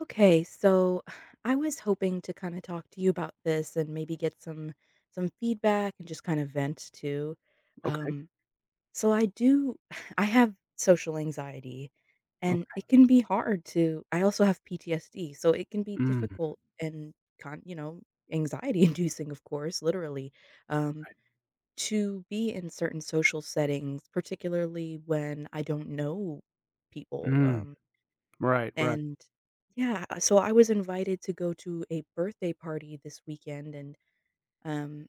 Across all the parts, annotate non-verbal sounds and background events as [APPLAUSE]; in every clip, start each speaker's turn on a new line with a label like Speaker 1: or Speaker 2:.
Speaker 1: Okay, so [SIGHS] I was hoping to kind of talk to you about this and maybe get some feedback and just kind of vent too.
Speaker 2: Okay,
Speaker 1: Um, so I do [SIGHS] I have social anxiety and
Speaker 2: okay.
Speaker 1: it can be hard to I also have PTSD, so it can be
Speaker 2: Mm,
Speaker 1: difficult and con, you know, anxiety [LAUGHS] inducing of course, literally. Um,
Speaker 2: right.
Speaker 1: to be in certain social settings, particularly when I don't know people.
Speaker 2: Mm, right, right.
Speaker 1: And yeah, so I was invited to go to a birthday party this weekend and um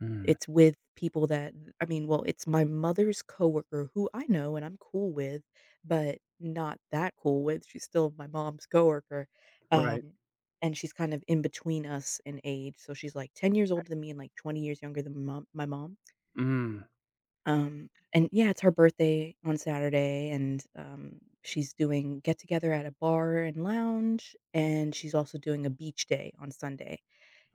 Speaker 2: Mm,
Speaker 1: it's with people that it's my mother's coworker who I know and I'm cool with, but not that cool with. She's still my mom's coworker.
Speaker 2: right.
Speaker 1: Um and she's kind of in between us in age. So she's like 10 years older than me and like 20 years younger than my mom,
Speaker 2: Mm.
Speaker 1: and yeah, it's her birthday on Saturday, and she's doing get together at a bar and lounge, and she's also doing a beach day on Sunday.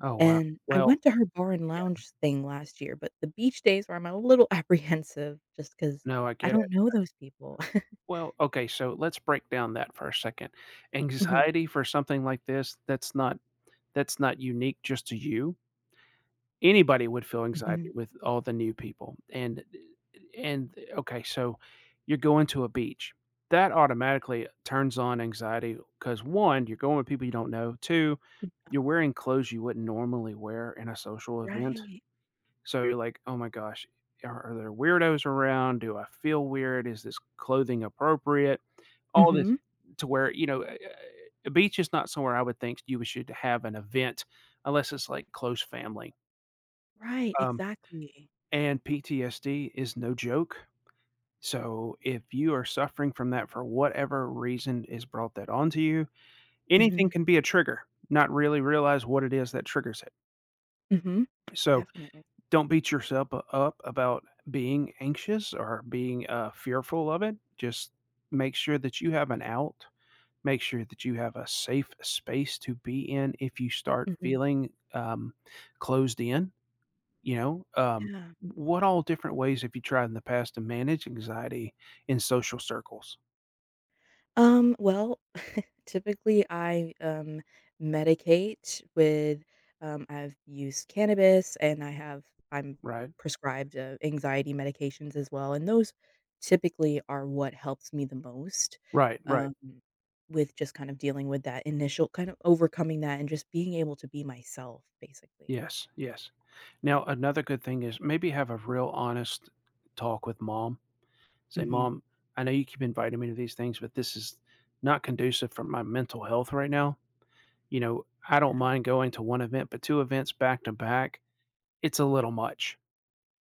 Speaker 2: Oh, wow.
Speaker 1: And I
Speaker 2: Well,
Speaker 1: went to her bar and
Speaker 2: yeah,
Speaker 1: lounge thing last year, but the beach days where I'm a little [LAUGHS] apprehensive just because
Speaker 2: no, I
Speaker 1: I
Speaker 2: get
Speaker 1: don't
Speaker 2: it.
Speaker 1: know those people. [LAUGHS]
Speaker 2: Well, okay, so let's break down that for a second.
Speaker 1: Mhm.
Speaker 2: Anxiety for something like this, that's not unique just to you. Anybody would feel
Speaker 1: Mhm.
Speaker 2: anxiety with all the new people, and okay, so you're going to a beach. That automatically turns on anxiety because 'cause 1, you're going with people you don't know, 2,
Speaker 1: Mm.
Speaker 2: you're wearing clothes you wouldn't normally wear in a social event.
Speaker 1: Right.
Speaker 2: So you're like, "Oh my gosh, are there weirdos around? Do I feel weird? Is this clothing appropriate?" All this
Speaker 1: Hmm.
Speaker 2: to where, you know, a beach is not somewhere I would think you should have an event unless it's like close family.
Speaker 1: Right.
Speaker 2: Um
Speaker 1: Exactly.
Speaker 2: and PTSD is no joke. So if you are suffering from that for whatever reason is brought that onto you,
Speaker 1: Hmm.
Speaker 2: anything can be a trigger, not really realize what it is that triggers it.
Speaker 1: Hmm.
Speaker 2: So
Speaker 1: Definitely.
Speaker 2: don't beat yourself u- up about being anxious or being fearful of it. Just make sure that you have an out. Make sure that you have a safe space to be in if you start
Speaker 1: Hmm.
Speaker 2: feeling closed in. You know,
Speaker 1: Yeah.
Speaker 2: what all different ways have you tried in the past to manage anxiety in social circles?
Speaker 1: Well, typically, I medicate with, I've used cannabis and I'm
Speaker 2: Right,
Speaker 1: prescribed, anxiety medications as well, and those typically are what helps me the most,
Speaker 2: right, right.
Speaker 1: um, with just kind of dealing with that initial kind of overcoming that and just being able to be myself, basically.
Speaker 2: Yes, yes. Now, another good thing is maybe have a real honest talk with mom. Say,
Speaker 1: Mhm.
Speaker 2: Mom, I know you keep inviting me to these things, but this is not conducive for my mental health right now. You know, I don't
Speaker 1: Yeah.
Speaker 2: mind going to one event, but two events back to back, it's a little much,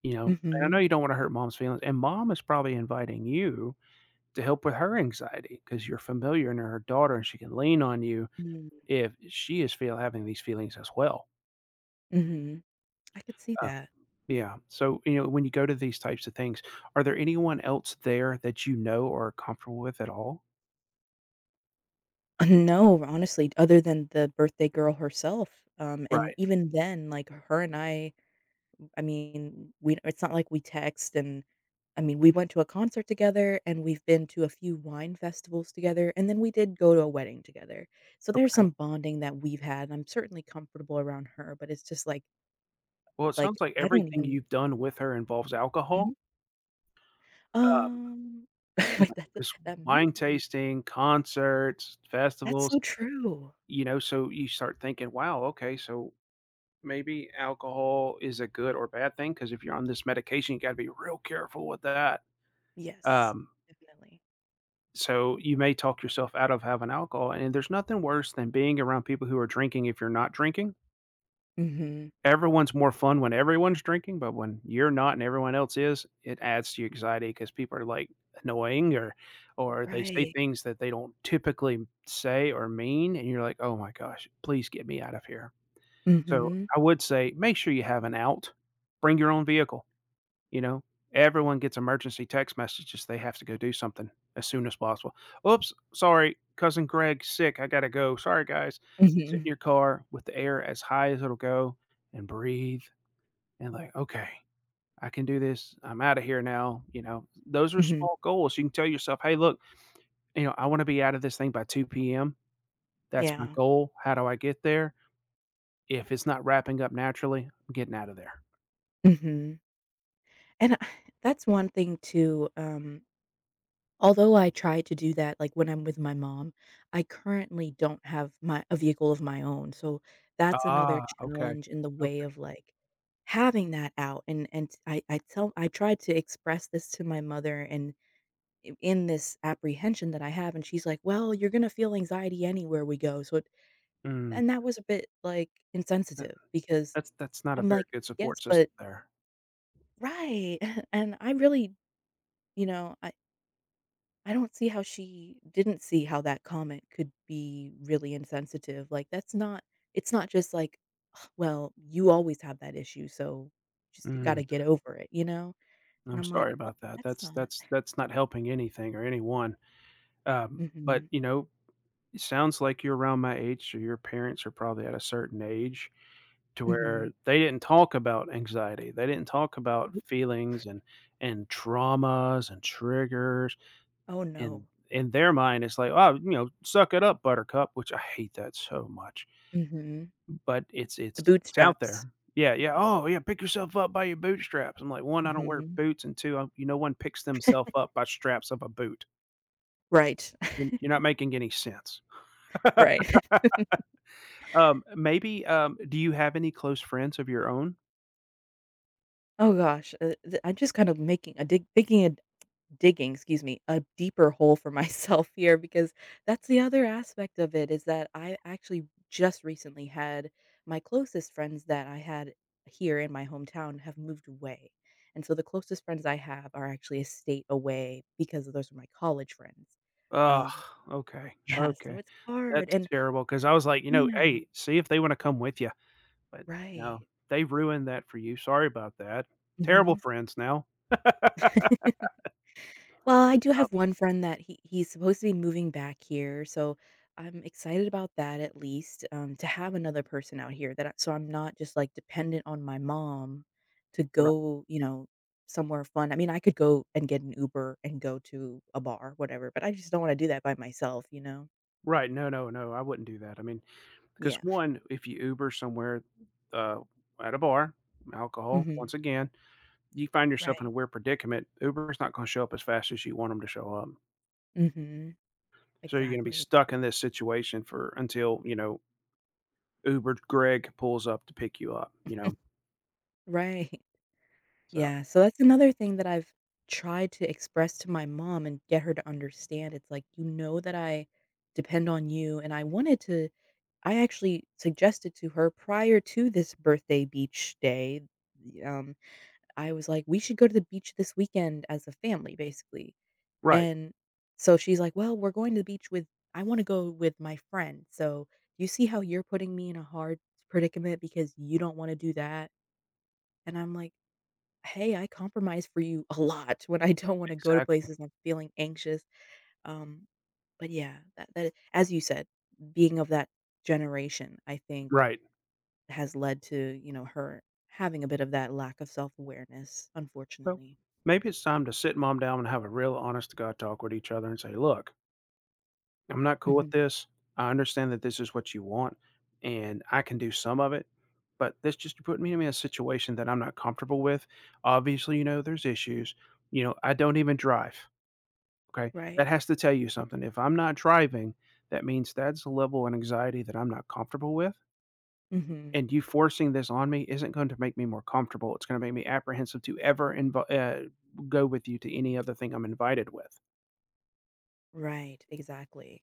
Speaker 2: you know. And I know
Speaker 1: Mhm.
Speaker 2: you don't want to hurt mom's feelings. And mom is probably inviting you to help with her anxiety because you're familiar and her daughter and she can lean on you
Speaker 1: Mm.
Speaker 2: if she is feel having these feelings as well.
Speaker 1: Mhm. I could see
Speaker 2: Uh,
Speaker 1: that.
Speaker 2: yeah. So, you know, when you go to these types of things, are there anyone else there that you know or are comfortable with at all?
Speaker 1: [LAUGHS] No, honestly, other than the birthday girl herself, and
Speaker 2: Right.
Speaker 1: even then, like, her and I mean, we it's not like we text and we went to a concert together, and we've been to a few wine festivals together, and then we did go to a wedding together. So there's
Speaker 2: Okay.
Speaker 1: some bonding that we've had, and I'm certainly comfortable around her, but it's just
Speaker 2: Well, it
Speaker 1: like,
Speaker 2: sounds like
Speaker 1: I don't
Speaker 2: everything
Speaker 1: even
Speaker 2: you've done with her involves
Speaker 1: Mhm.
Speaker 2: alcohol. Um,
Speaker 1: Um, [LAUGHS]
Speaker 2: you
Speaker 1: wait,
Speaker 2: know,
Speaker 1: that
Speaker 2: just
Speaker 1: that might
Speaker 2: wine
Speaker 1: be
Speaker 2: tasting, concerts,
Speaker 1: that's so
Speaker 2: festivals,
Speaker 1: true.
Speaker 2: you know, so you start thinking, wow, okay, so maybe alcohol is a good or bad thing because if you're on this medication, you gotta be real careful with that.
Speaker 1: Yes,
Speaker 2: Um,
Speaker 1: definitely.
Speaker 2: so you may talk yourself out of having alcohol, and there's nothing worse than being around people who are drinking if you're not drinking.
Speaker 1: Mhm.
Speaker 2: Everyone's more fun when everyone's drinking, but when you're not and everyone else is, it adds to your anxiety because people are, like, annoying or they say
Speaker 1: Right.
Speaker 2: things that they don't typically say or mean, and you're like, "Oh my gosh, please get me out of here." So
Speaker 1: Mhm.
Speaker 2: I would say make sure you have an out. Bring your own vehicle. You know, everyone gets emergency text messages. They have to go do something as soon as possible. Oops, sorry, cousin Greg sick. I gotta go. Sorry, guys. Sit
Speaker 1: Mhm,
Speaker 2: in your car with the air as high as it'll go and breathe and like, okay, I can do this. I'm out of here now. You know, those are
Speaker 1: mhm.
Speaker 2: small goals. You can tell yourself, hey, look, you know, I want to be out of this thing by 2 p.m. That's my
Speaker 1: Yeah,
Speaker 2: goal. How do I get there? If it's not wrapping up naturally, I'm getting out of there.
Speaker 1: mhm. And I that's one thing too, although I try to do that, like, when I'm with my mom, I currently don't have my a vehicle of my own, so that's another
Speaker 2: Ah, okay.
Speaker 1: challenge in the way
Speaker 2: Okay.
Speaker 1: of, like, having that out, and I tried to express this to my mother and I in this apprehension that I have, and she's like, "Well, you're gonna feel anxiety anywhere we go," so it
Speaker 2: Mm.
Speaker 1: and that was a bit, like, insensitive because
Speaker 2: That's not a
Speaker 1: I'm
Speaker 2: very
Speaker 1: like,
Speaker 2: good support
Speaker 1: "Yes, but"
Speaker 2: system there.
Speaker 1: Right. [LAUGHS] And I really, you know, I I don't see how she didn't see how that comment could be really insensitive. Like that's not it's not just like, "Ugh, well, you always have that issue, so just you got
Speaker 2: Mm,
Speaker 1: to get over it, you know? And
Speaker 2: I'm
Speaker 1: I'm like,
Speaker 2: sorry
Speaker 1: what?
Speaker 2: about that.
Speaker 1: That's
Speaker 2: That's
Speaker 1: not."
Speaker 2: that's
Speaker 1: [LAUGHS]
Speaker 2: that's not helping anything or anyone. But
Speaker 1: Mhm.
Speaker 2: you know, it sounds like you're around my age, so your parents are probably at a certain age to where
Speaker 1: Mhm.
Speaker 2: they didn't talk about anxiety. They didn't talk about
Speaker 1: Mhm.
Speaker 2: feelings and traumas and triggers
Speaker 1: Oh
Speaker 2: and
Speaker 1: no.
Speaker 2: in their mind it's like, oh, you know, suck it up, buttercup, which I hate that so much.
Speaker 1: Mhm.
Speaker 2: But it's it's
Speaker 1: The
Speaker 2: it's out
Speaker 1: bootstraps.
Speaker 2: there. Yeah, yeah, "Oh, yeah, pick yourself up by your bootstraps." I'm like, 1, I don't wear
Speaker 1: Mhm.
Speaker 2: boots, and 2, you no one picks themselves up by straps of a boot.
Speaker 1: Right.
Speaker 2: You're
Speaker 1: [LAUGHS]
Speaker 2: you're not making any sense.
Speaker 1: Right. [LAUGHS]
Speaker 2: Maybe, do you have any close friends of your own?
Speaker 1: Oh gosh, I'm just kind of digging a excuse me, a deeper hole for [LAUGHS] myself here because that's the other aspect of it is that I actually just recently had my closest friends that I had here in my hometown have moved away. And so the closest friends I have are actually a state away because those are my college friends.
Speaker 2: Ugh,
Speaker 1: Um,
Speaker 2: okay,
Speaker 1: yeah, so
Speaker 2: okay.
Speaker 1: it's hard.
Speaker 2: That's
Speaker 1: And
Speaker 2: terrible. Because I was like, you know,
Speaker 1: yeah,
Speaker 2: "Hey, see if they wanna come with you." But no,
Speaker 1: right.
Speaker 2: they ruined that for you, sorry about that. Terrible
Speaker 1: Hmm.
Speaker 2: friends now.
Speaker 1: [LAUGHS] Well, I do
Speaker 2: Uh,
Speaker 1: have one friend that he's supposed to be moving back here, so I'm excited about that at least, to have another person out here that I so I'm not just, like, dependent on my mom to
Speaker 2: right,
Speaker 1: go, you know, somewhere fun. I mean, I could go and get an Uber and go to a bar, whatever, but I just don't wanna do that by myself, you know?
Speaker 2: right, no, no, no, I wouldn't do that, I mean,
Speaker 1: Yeah.
Speaker 2: because 1, if you Uber somewhere, uh, at a bar, alcohol,
Speaker 1: Mhm.
Speaker 2: once again, you find yourself in
Speaker 1: Right.
Speaker 2: a weird predicament, Uber's not gonna show up as fast as you want them to show up.
Speaker 1: Mhm.
Speaker 2: So you're gonna be
Speaker 1: Exactly.
Speaker 2: stuck in this situation for until, you know, Uber Greg pulls up to pick you up, you know?
Speaker 1: Right.
Speaker 2: So
Speaker 1: Yeah, so that's another thing that I've tried to express to my mom and get her to understand. It's like, "You know that I depend on you," and I wanted to I actually suggested to her prior to this birthday beach day, um, I was like, "We should go to the beach this weekend as a family," basically,
Speaker 2: right.
Speaker 1: and so she's like, "Well, we're going to the beach with I wanna go with my friend, so you see how you're putting me in a hard predicament because you don't wanna do that?" And I'm like, "Hey, I compromise for you a lot when I don't wanna go to
Speaker 2: Exactly.
Speaker 1: places and I'm feeling anxious," um, but yeah, that as you said, being of that generation, I think,
Speaker 2: Right.
Speaker 1: has led to, you know, her having a bit of that lack of self-awareness,
Speaker 2: Well,
Speaker 1: unfortunately.
Speaker 2: maybe it's time to sit mom down and have a real honest to God talk with each other and say, look, I'm not cool with
Speaker 1: Mhm.
Speaker 2: this. I understand that this is what you want and I can do some of it, but this just put me in a situation that I'm not comfortable with. Obviously, you know, there's issues. You know, I don't even drive. Okay.
Speaker 1: Right.
Speaker 2: That has to tell you something. If I'm not driving, that means that's a level of anxiety that I'm not comfortable with,
Speaker 1: Mhm.
Speaker 2: and you forcing this on me isn't going to make me more comfortable. It's going to make me apprehensive to ever inv- go with you to any other thing I'm invited with.
Speaker 1: Right, exactly.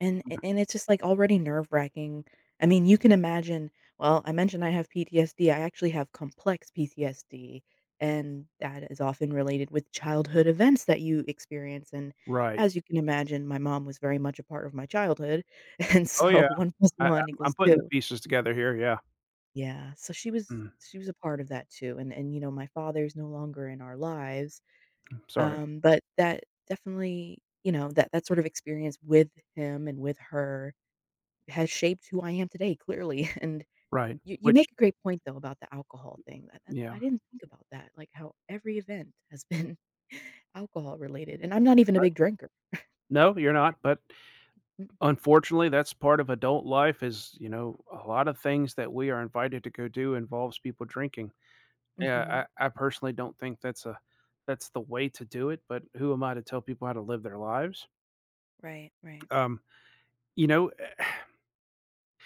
Speaker 1: And
Speaker 2: Mhm.
Speaker 1: a and it's just, like, already nerve-wracking. I mean, you can imagine I mentioned I have PTSD, I actually have complex PTSD, and that is often related with childhood events that you experience, and
Speaker 2: Right.
Speaker 1: as you can imagine, my mom was very much a part of my childhood, [LAUGHS] and
Speaker 2: Oh,
Speaker 1: so
Speaker 2: yeah.
Speaker 1: 1 plus
Speaker 2: I'm
Speaker 1: 1 equals
Speaker 2: I'm putting the
Speaker 1: 2.
Speaker 2: pieces together here. Yeah.
Speaker 1: Yeah, so
Speaker 2: Mm,
Speaker 1: she was a part of that too, and, you know, my father's no longer in our lives,
Speaker 2: sorry.
Speaker 1: but that definitely you know, that sort of experience with him and with her has shaped who I am today, clearly. [LAUGHS] And
Speaker 2: Right.
Speaker 1: you
Speaker 2: Which,
Speaker 1: make a great point though about the alcohol thing. That
Speaker 2: yeah.
Speaker 1: I didn't think about that. Like how every event has been [LAUGHS] alcohol related, and I'm not even a
Speaker 2: Right.
Speaker 1: big drinker.
Speaker 2: No, you're not. But
Speaker 1: Mm.
Speaker 2: unfortunately, that's part of adult life is, you know, a lot of things that we are invited to go do involves people drinking.
Speaker 1: Mm-hmm.
Speaker 2: Yeah, I personally don't think that's a that's the way to do it, but who am I to tell people how to live their lives?
Speaker 1: Right, right.
Speaker 2: Um, you know,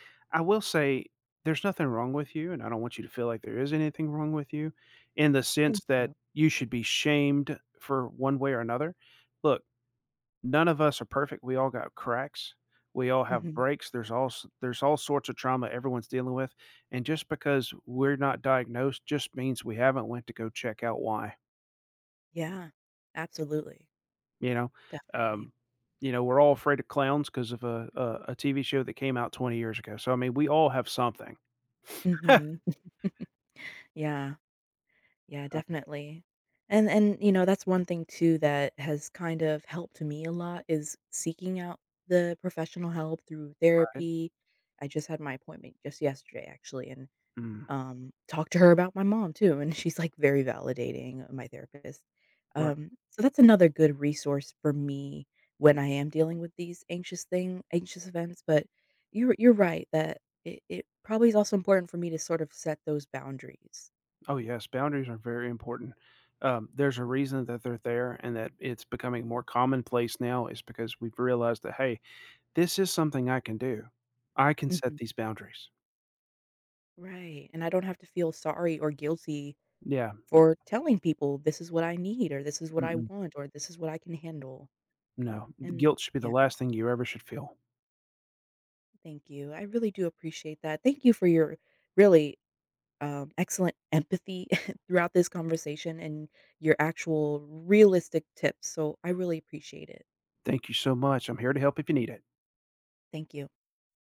Speaker 2: [SIGHS] I will say there's nothing wrong with you, and I don't want you to feel like there is anything wrong with you in the
Speaker 1: Thank
Speaker 2: sense that
Speaker 1: you.
Speaker 2: you should be shamed for one way or another. Look, none of us are perfect. We all got cracks. We all have
Speaker 1: Hmm.
Speaker 2: breaks. There's all sorts of trauma everyone's dealing with, and just because we're not diagnosed just means we haven't went to go check out why.
Speaker 1: Yeah, absolutely.
Speaker 2: You know,
Speaker 1: Definitely.
Speaker 2: um, you know, we're all afraid of clowns because of a TV show that came out 20 years ago. So I mean, we all have something.
Speaker 1: Hmm. Yeah. Yeah, definitely. And you know, that's one thing too that has kind of helped me a lot is seeking out the professional help through
Speaker 2: [LAUGHS] right?
Speaker 1: therapy. I just had my appointment just yesterday actually and
Speaker 2: Mm,
Speaker 1: talked to her about my mom too and she's like very validating, my therapist.
Speaker 2: right.
Speaker 1: So that's another good resource for me when I am dealing with these anxious events, but you're right that it probably is also important for me to sort of set those boundaries.
Speaker 2: Oh yes, boundaries are very important. There's a reason that they're there, and that it's becoming more commonplace now is because we've realized that hey, this is something I can do. I can set
Speaker 1: Mhm.
Speaker 2: these boundaries.
Speaker 1: Right, and I don't have to feel sorry or guilty
Speaker 2: Yeah.
Speaker 1: for telling people, "This is what I need," or "This is what I
Speaker 2: Mm-mm.
Speaker 1: want," or "This is what I can handle."
Speaker 2: No.
Speaker 1: And
Speaker 2: Guilt should be the
Speaker 1: yeah,
Speaker 2: last thing you ever should feel.
Speaker 1: thank you. I really do appreciate that. Thank you for your really, excellent empathy [LAUGHS] throughout this conversation and your actual realistic tips, so I really appreciate it.
Speaker 2: Thank you so much. I'm here to help if you need it.
Speaker 1: Thank you.